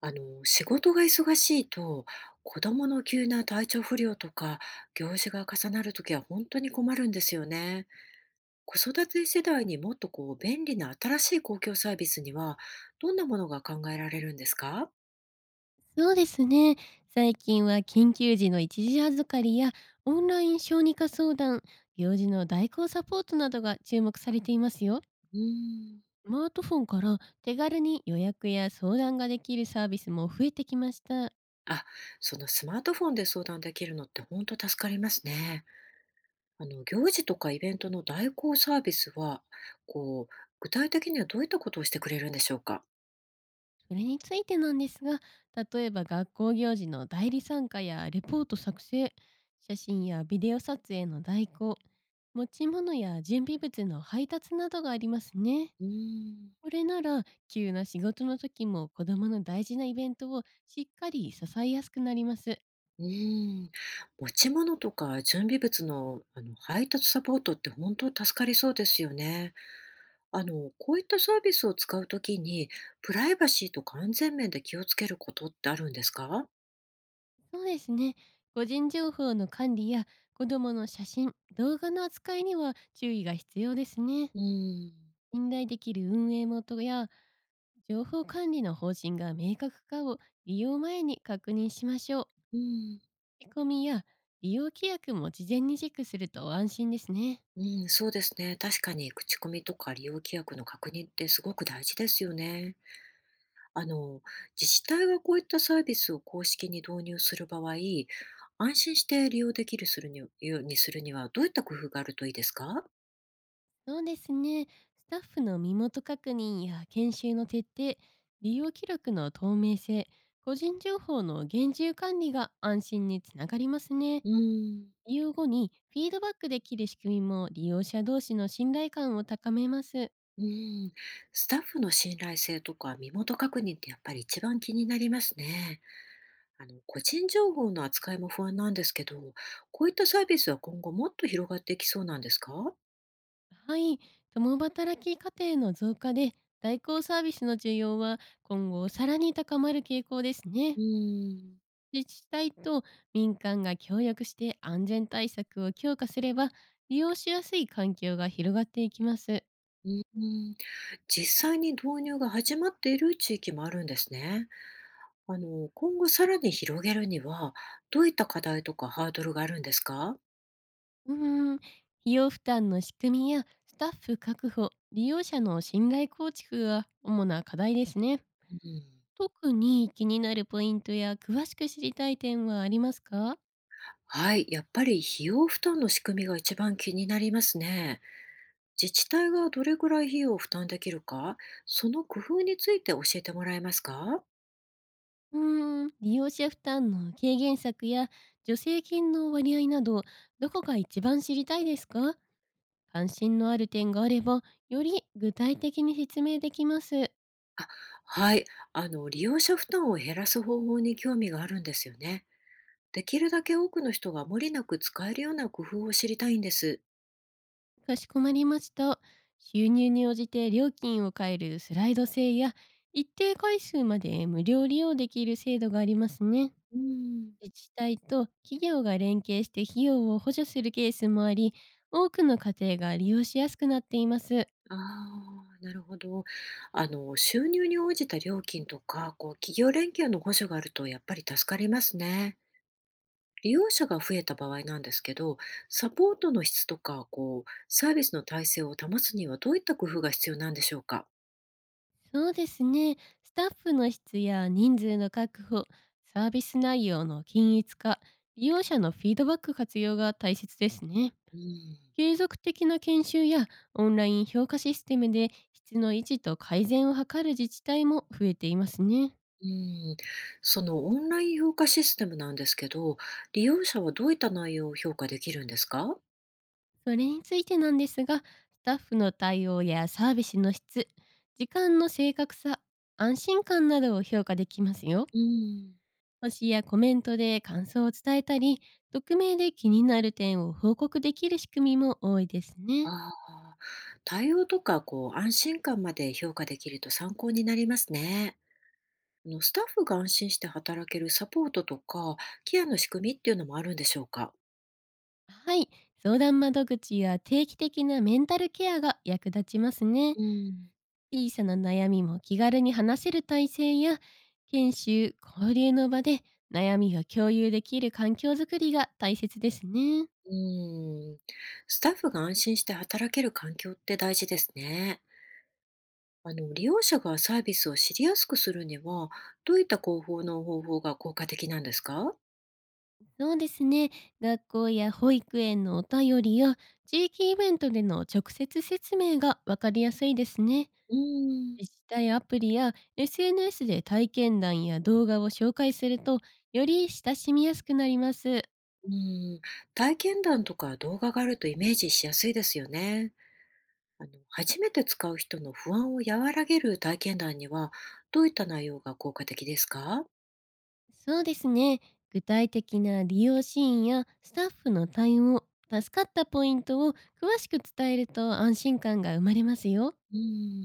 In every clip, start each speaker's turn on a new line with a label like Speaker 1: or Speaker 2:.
Speaker 1: 仕事が忙しいと、子供の急な体調不良とか、行事が重なるときは本当に困るんですよね。子育て世代にもっと便利な新しい公共サービスには、どんなものが考えられるんですか？
Speaker 2: そうですね。最近は緊急時の一時預かりやオンライン小児科相談、行事の代行サポートなどが注目されていますよ。
Speaker 1: うーん。
Speaker 2: スマートフォンから手軽に予約や相談ができるサービスも増えてきました。
Speaker 1: あ、そのスマートフォンで相談できるのって本当助かりますね。行事とかイベントの代行サービスは、こう、具体的にはどういったことをしてくれるんでしょうか？
Speaker 2: それについてなんですが、例えば学校行事の代理参加やレポート作成、写真やビデオ撮影の代行、持ち物や準備物の配達などがありますね。
Speaker 1: うーん。
Speaker 2: これなら急な仕事の時も子供の大事なイベントをしっかり支えやすくなります。
Speaker 1: うーん、持ち物とか準備物の、配達サポートって本当助かりそうですよね。こういったサービスを使うときに、プライバシーとか安全面で気をつけることってあるんですか？
Speaker 2: そうですね。個人情報の管理や子供の写真、動画の扱いには注意が必要ですね。
Speaker 1: うーん、
Speaker 2: 信頼できる運営元や情報管理の方針が明確かを利用前に確認しましょう。
Speaker 1: うん、
Speaker 2: 仕込みや利用規約も事前にチェックすると安心ですね。
Speaker 1: うん、そうですね。確かに口コミとか利用規約の確認ってすごく大事ですよね。あの、自治体がこういったサービスを公式に導入する場合、安心して利用できるするにようにするにはどういった工夫があるといいですか？
Speaker 2: そうですね。スタッフの身元確認や研修の徹底、利用記録の透明性、個人情報の厳重管理が安心につながりますね。
Speaker 1: うーん、
Speaker 2: 利用後にフィードバックできる仕組みも利用者同士の信頼感を高めます。
Speaker 1: うーん。スタッフの信頼性とか身元確認ってやっぱり一番気になりますね。個人情報の扱いも不安なんですけど、こういったサービスは今後もっと広がっていきそうなんですか？
Speaker 2: はい。共働き家庭の増加で代行サービスの需要は今後さらに高まる傾向ですね。
Speaker 1: うーん、
Speaker 2: 自治体と民間が協力して安全対策を強化すれば利用しやすい環境が広がっていきます。
Speaker 1: うーん。実際に導入が始まっている地域もあるんですね。今後さらに広げるには、どういった課題とかハードルがあるんですか？
Speaker 2: うーん、費用負担の仕組みやスタッフ確保、利用者の信頼構築が主な課題ですね。
Speaker 1: うん。
Speaker 2: 特に気になるポイントや詳しく知りたい点はありますか？
Speaker 1: はい、やっぱり費用負担の仕組みが一番気になりますね。自治体がどれぐらい費用を負担できるか、その工夫について教えてもらえますか？
Speaker 2: うーん、利用者負担の軽減策や助成金の割合など、どこが一番知りたいですか？関心のある点があれば、より具体的に説明できます。
Speaker 1: あ、はい。利用者負担を減らす方法に興味があるんですよね。できるだけ多くの人が無理なく使えるような工夫を知りたいんです。
Speaker 2: かしこまりました。収入に応じて料金を変えるスライド制や、一定回数まで無料利用できる制度がありますね。
Speaker 1: うん。
Speaker 2: 自治体と企業が連携して費用を補助するケースもあり、多くの家庭が利用しやすくなっています。
Speaker 1: ああ、なるほど。収入に応じた料金とか、企業連携の補助があると、やっぱり助かりますね。利用者が増えた場合なんですけど、サポートの質とか、サービスの体制を保つにはどういった工夫が必要なんでしょうか？
Speaker 2: そうですね。スタッフの質や人数の確保、サービス内容の均一化、利用者のフィードバック活用が大切ですね。
Speaker 1: うん、
Speaker 2: 継続的な研修やオンライン評価システムで質の維持と改善を図る自治体も増えていますね。
Speaker 1: うん、そのオンライン評価システムなんですけど、利用者はどういった内容を評価できるんですか？
Speaker 2: それについてなんですが、スタッフの対応やサービスの質、時間の正確さ、安心感などを評価できますよ。
Speaker 1: うん、
Speaker 2: 星やコメントで感想を伝えたり、匿名で気になる点を報告できる仕組みも多いですね。
Speaker 1: ああ、対応とかこう安心感まで評価できると参考になりますね。スタッフが安心して働けるサポートとかケアの仕組みっていうのもあるんでしょうか。
Speaker 2: はい、相談窓口や定期的なメンタルケアが役立ちますね。
Speaker 1: うん。
Speaker 2: 小さな悩みも気軽に話せる体制や、研修、交流の場で悩みを共有できる環境づくりが大切ですね。
Speaker 1: うーん、スタッフが安心して働ける環境って大事ですね。利用者がサービスを知りやすくするには、どういった広報の方法が効果的なんですか？
Speaker 2: そうですね。学校や保育園のお便りや地域イベントでの直接説明がわかりやすいですね。
Speaker 1: うーん、
Speaker 2: 自治体アプリや SNS で体験談や動画を紹介するとより親しみやすくなります。
Speaker 1: うーん、体験談とか動画があるとイメージしやすいですよね。初めて使う人の不安を和らげる体験談には、どういった内容が効果的ですか？
Speaker 2: そうですね。具体的な利用シーンやスタッフの対応、助かったポイントを詳しく伝えると安心感が生まれますよ。
Speaker 1: うー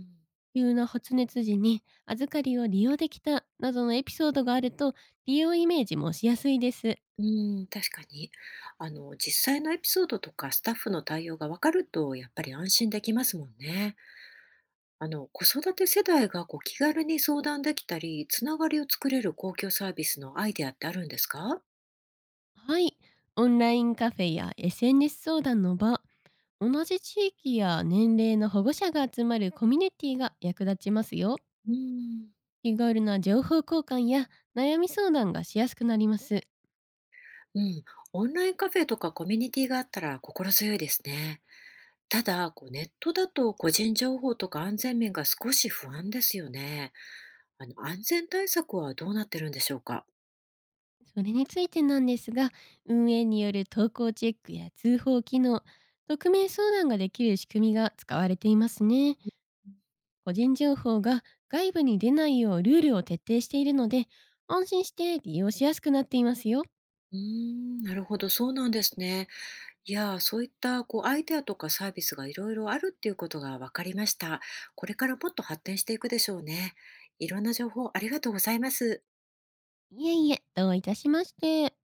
Speaker 1: ん
Speaker 2: 急な発熱時に預かりを利用できたなどのエピソードがあると利用イメージもしやすいです。
Speaker 1: うーん、確かに。実際のエピソードとかスタッフの対応がわかると、やっぱり安心できますもんね。子育て世代がこう気軽に相談できたり、つながりを作れる公共サービスのアイデアってあるんですか？
Speaker 2: はい。オンラインカフェや SNS 相談の場、同じ地域や年齢の保護者が集まるコミュニティが役立ちますよ。
Speaker 1: うーん、
Speaker 2: 気軽な情報交換や悩み相談がしやすくなります。
Speaker 1: うん、オンラインカフェとかコミュニティがあったら心強いですね。ただ、こうネットだと個人情報とか安全面が少し不安ですよね。安全対策はどうなってるんでしょうか？
Speaker 2: それについてなんですが、運営による投稿チェックや通報機能、匿名相談ができる仕組みが使われていますね。個人情報が外部に出ないようルールを徹底しているので、安心して利用しやすくなっていますよ。
Speaker 1: うーん、なるほど、そうなんですね。いやー、そういったこうアイデアとかサービスがいろいろあるっていうことが分かりました。これからもっと発展していくでしょうね。いろんな情報ありがとうございます。
Speaker 2: いえいえ、どういたしまして。